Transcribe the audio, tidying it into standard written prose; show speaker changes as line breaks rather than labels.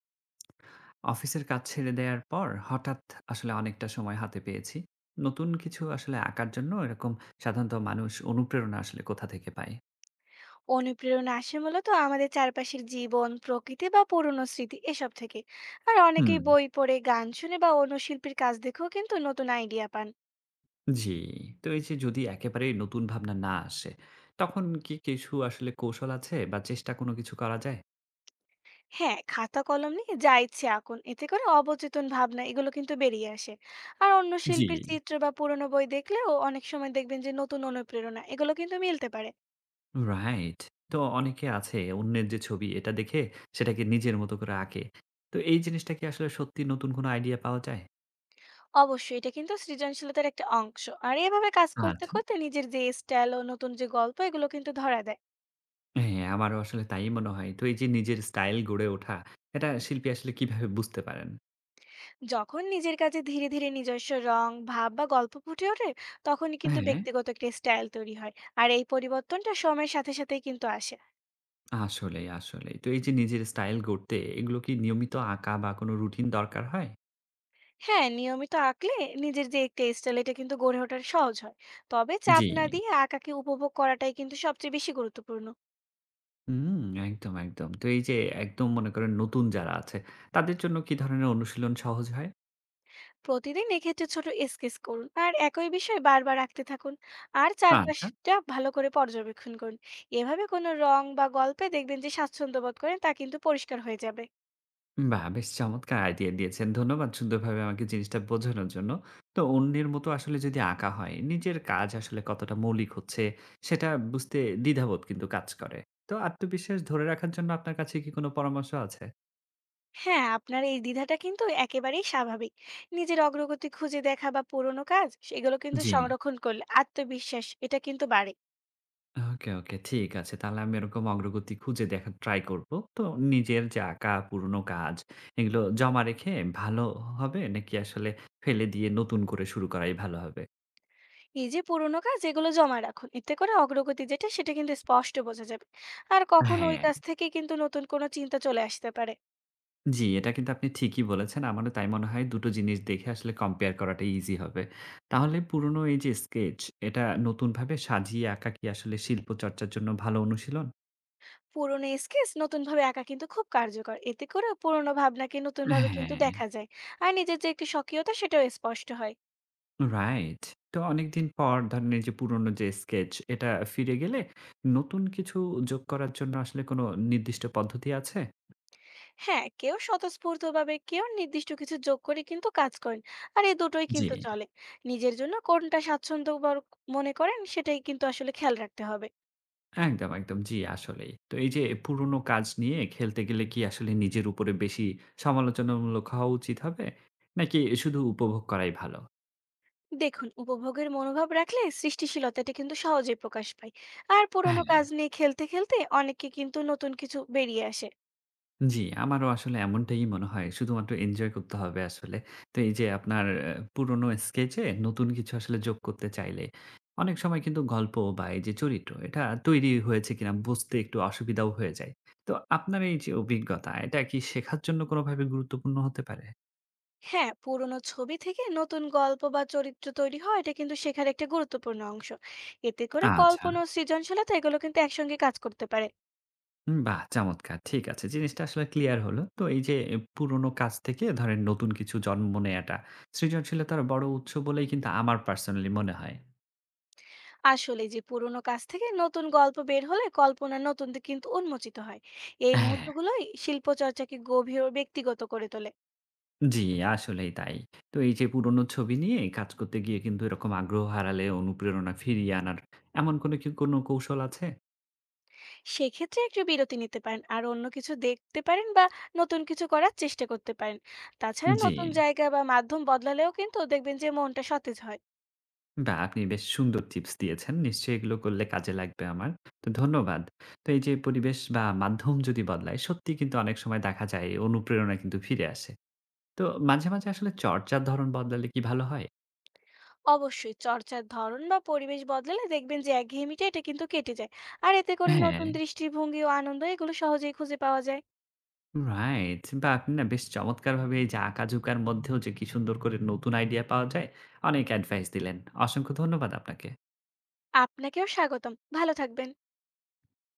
অফিসের কাজ ছেড়ে দেয়ার পর হঠাৎ অনেকটা সময় হাতে পেয়েছি। নতুন কিছু আঁকার জন্য এরকম সাধারণত মানুষ অনুপ্রেরণা কোথা থেকে পায়?
অনুপ্রেরণা আসে মূলত আমাদের চারপাশের জীবন প্রকৃতি বা পুরনো স্মৃতি এসব থেকে। আর
হুম।
অনেকেই বই পড়ে গান শুনে বা অন্য শিল্পীর কাজ দেখেও কিন্তু নতুন আইডিয়া পান।
জি, তো এই যে যদি একেবারেই নতুন ভাবনা না আসে, তখন কি কিছু কৌশল আছে বা চেষ্টা কোনো কিছু করা যায়?
হ্যাঁ, খাতা কলম নিয়ে যা ইচ্ছে আঁকুন, এতে করে অবচেতন ভাবনা এগুলো কিন্তু বেরিয়ে আসে। আর অন্য
জি।
শিল্পীর চিত্র বা পুরনো বই দেখলেও অনেক সময় দেখবেন যে নতুন অনুপ্রেরণা এগুলো কিন্তু মিলতে পারে।
রাইট। তো অনেকে আছে অন্যের যে ছবি এটা দেখে সেটাকে নিজের মতো করে আঁকে। তো এই জিনিসটা কি সত্যি নতুন কোনো আইডিয়া পাওয়া যায়?
অবশ্যই এটা কিন্তু সৃজনশীলতার একটা অংশ, আর এভাবে কাজ করতে
আচ্ছা।
করতে নিজের যে স্টাইল ও নতুন যে গল্প এগুলো কিন্তু ধরা দেয়।
হ্যাঁ, আমারও তাই মনে হয়। তো এই যে নিজের স্টাইল গড়ে ওঠা, এটা শিল্পী কিভাবে বুঝতে পারেন?
যখন নিজের কাছে ধীরে ধীরে নিজস্ব রং ভাব বা গল্প ফুটে ওঠে, তখনই কিন্তু
হ্যাঁ,
ব্যক্তিগত একটা স্টাইল তৈরি হয়। আর এই পরিবর্তনটা সময়ের সাথে সাথেই কিন্তু আসে।
আসলেই, আসলেই। তো এই যে নিজের স্টাইল গড়তে এগুলো কি নিয়মিত আঁকা বা কোনো রুটিন দরকার হয়?
হ্যাঁ, নিয়মিত আঁকলে নিজের যে একটা স্টাইল এটা কিন্তু গড়ে ওঠার সহজ হয়। তবে
জি।
চাপ না দিয়ে আঁকাকে উপভোগ করাটাই কিন্তু সবচেয়ে বেশি গুরুত্বপূর্ণ।
হুম, একদম, একদম। তো এই যে একদম মনে করেন নতুন যারা আছে, তাদের জন্য কি ধরনের অনুশীলন সহজ হয়?
প্রতিদিন এক্ষেত্রে ছোট স্কেচ করুন, আর একই বিষয় বারবার আঁকতে থাকুন। আর
আচ্ছা।
চারপাশটা ভালো করে পর্যবেক্ষণ করুন। এভাবে কোনো রং বা গল্পে দেখবেন যে স্বাচ্ছন্দ্য বোধ করেন, তা কিন্তু পরিষ্কার হয়ে যাবে।
বাহ! বেশ চমৎকার আইডিয়া দিয়েছেন। ধন্যবাদ সুন্দরভাবে আমাকে জিনিসটা বোঝানোর জন্য। তো অন্যের মতো যদি আঁকা হয়, নিজের কাজ কতটা মৌলিক হচ্ছে সেটা বুঝতে দ্বিধাবোধ কিন্তু কাজ করে। তো আত্মবিশ্বাস ধরে রাখার জন্য আপনার কাছে কি কোনো পরামর্শ আছে?
হ্যাঁ, আপনার এই দ্বিধাটা কিন্তু একেবারেই স্বাভাবিক। নিজের অগ্রগতি খুঁজে দেখা বা পুরোনো কাজ সেগুলো কিন্তু
জি।
সংরক্ষণ করলে আত্মবিশ্বাস এটা কিন্তু বাড়ে।
ওকে, ওকে। ঠিক আছে। তাহলে আমি এরকম অগ্রগতি খুঁজে দেখার ট্রাই করব। তো নিজের যে আঁকা পুরনো কাজ এগুলো জমা রেখে ভালো হবে নাকি ফেলে দিয়ে নতুন করে শুরু করাই ভালো হবে?
এই যে পুরোনো কাজ এগুলো জমা রাখুন, এতে করে অগ্রগতি যেটা সেটা কিন্তু স্পষ্ট বোঝা যাবে। আর কখনো ওই
হ্যাঁ।
কাজ থেকে কিন্তু নতুন কোনো চিন্তা চলে আসতে পারে।
জি, এটা কিন্তু আপনি ঠিকই বলেছেন। আমারও তাই মনে হয় ২ টো জিনিস দেখে কম্পেয়ার করাটা ইজি হবে। তাহলে পুরনো এই যে স্কেচ, এটা নতুনভাবে সাজিয়ে আঁকা কি শিল্পচর্চার জন্য ভালো অনুশীলন?
পুরোনো স্কেচ নতুন ভাবে আঁকা কিন্তু খুব কার্যকর, এতে করে পুরোনো ভাবনাকে নতুন ভাবে কিন্তু
হ্যাঁ।
দেখা যায়। আর নিজের যে একটি স্বকীয়তা সেটাও স্পষ্ট হয়।
রাইট। তো অনেকদিন পর ধরেন এই যে পুরনো যে স্কেচ, এটা ফিরে গেলে নতুন কিছু যোগ করার জন্য কোনো নির্দিষ্ট পদ্ধতি আছে?
হ্যাঁ, কেউ স্বতঃস্ফূর্তভাবে, কেউ নির্দিষ্ট কিছু যোগ করে কিন্তু কাজ করেন। আর এই দুটোই
জি।
কিন্তু চলে। নিজের জন্য কোনটা মনে করেন সেটাই কিন্তু আসলে খেয়াল রাখতে হবে।
একদম, একদম। জি, আসলেই। তো এই যে পুরনো কাজ নিয়ে খেলতে গেলে কি নিজের উপরে বেশি সমালোচনামূলক হওয়া উচিত হবে? নাকি শুধু উপভোগ করাই ভালো?
দেখুন, উপভোগের মনোভাব রাখলে সৃষ্টিশীলতাটা কিন্তু সহজেই প্রকাশ পায়। আর
হ্যাঁ,
পুরোনো কাজ নিয়ে খেলতে খেলতে অনেকে কিন্তু নতুন কিছু বেরিয়ে আসে।
জি, আমারও এমনটাই মনে হয়। শুধুমাত্র এনজয় করতে হবে আসলে। তো এই যে আপনার পুরনো স্কেচে নতুন কিছু যোগ করতে চাইলে অনেক সময় কিন্তু গল্প বা এই যে চরিত্র এটা তৈরি হয়েছে কিনা বুঝতে একটু অসুবিধাও হয়ে যায়। তো আপনার এই যে অভিজ্ঞতা এটা কি শেখার জন্য কোনোভাবে গুরুত্বপূর্ণ হতে পারে?
হ্যাঁ, পুরোনো ছবি থেকে নতুন গল্প বা চরিত্র তৈরি হয়, এটা কিন্তু শেখার একটা গুরুত্বপূর্ণ অংশ। এতে করে
আচ্ছা।
কল্পনা ও সৃজনশীলতা এগুলো কিন্তু একসঙ্গে কাজ করতে পারে।
হুম, বাহ! চমৎকার। ঠিক আছে। জিনিসটা ক্লিয়ার হলো। তো এই যে এ পুরোনো কাজ থেকে ধরেন নতুন কিছু জন্ম নেয়াটা সৃজনশীলতার বড় উৎস বলেই কিন্তু আমার পার্সোনালি মনে হয়।
আসলে যে পুরোনো কাজ থেকে নতুন গল্প বের হলে কল্পনা নতুন দিক কিন্তু উন্মোচিত হয়। এই
হ্যাঁ,
মুহূর্তগুলোই শিল্পচর্চাকে গভীর ও ব্যক্তিগত করে তোলে।
জি আসলেই তাই। তো এই যে পুরোনো ছবি নিয়ে কাজ করতে গিয়ে কিন্তু এরকম আগ্রহ হারালে অনুপ্রেরণা ফিরিয়ে আনার এমন কি কোনো কৌশল আছে?
সেক্ষেত্রে একটু বিরতি নিতে পারেন, আর অন্য কিছু দেখতে পারেন বা নতুন কিছু করার চেষ্টা করতে পারেন। তাছাড়া
জি।
নতুন জায়গা বা মাধ্যম বদলালেও কিন্তু দেখবেন যে মনটা সতেজ হয়।
বাহ! আপনি বেশ সুন্দর টিপস দিয়েছেন। নিশ্চয়ই এগুলো করলে কাজে লাগবে আমার। তো ধন্যবাদ। তো এই যে পরিবেশ বা মাধ্যম যদি বদলায় সত্যি কিন্তু অনেক সময় দেখা যায় অনুপ্রেরণা কিন্তু ফিরে আসে। তো মাঝে মাঝে চর্চার ধরন বদলালে কি ভালো হয়?
অবশ্যই চর্চার ধরন বা পরিবেশ বদলালে দেখবেন যে একঘেয়েমিটা এটা কিন্তু কেটে যায়। আর এতে করে
হ্যাঁ।
নতুন দৃষ্টিভঙ্গি ও আনন্দ এগুলো সহজেই খুঁজে পাওয়া যায়।
রাইট। বা আপনি না বেশ চমৎকারভাবে এই যে আঁকাঝোঁকার মধ্যেও যে কি সুন্দর করে নতুন আইডিয়া পাওয়া যায়, অনেক অ্যাডভাইস দিলেন। অসংখ্য ধন্যবাদ আপনাকে।
আপনাকেও স্বাগতম। ভালো থাকবেন।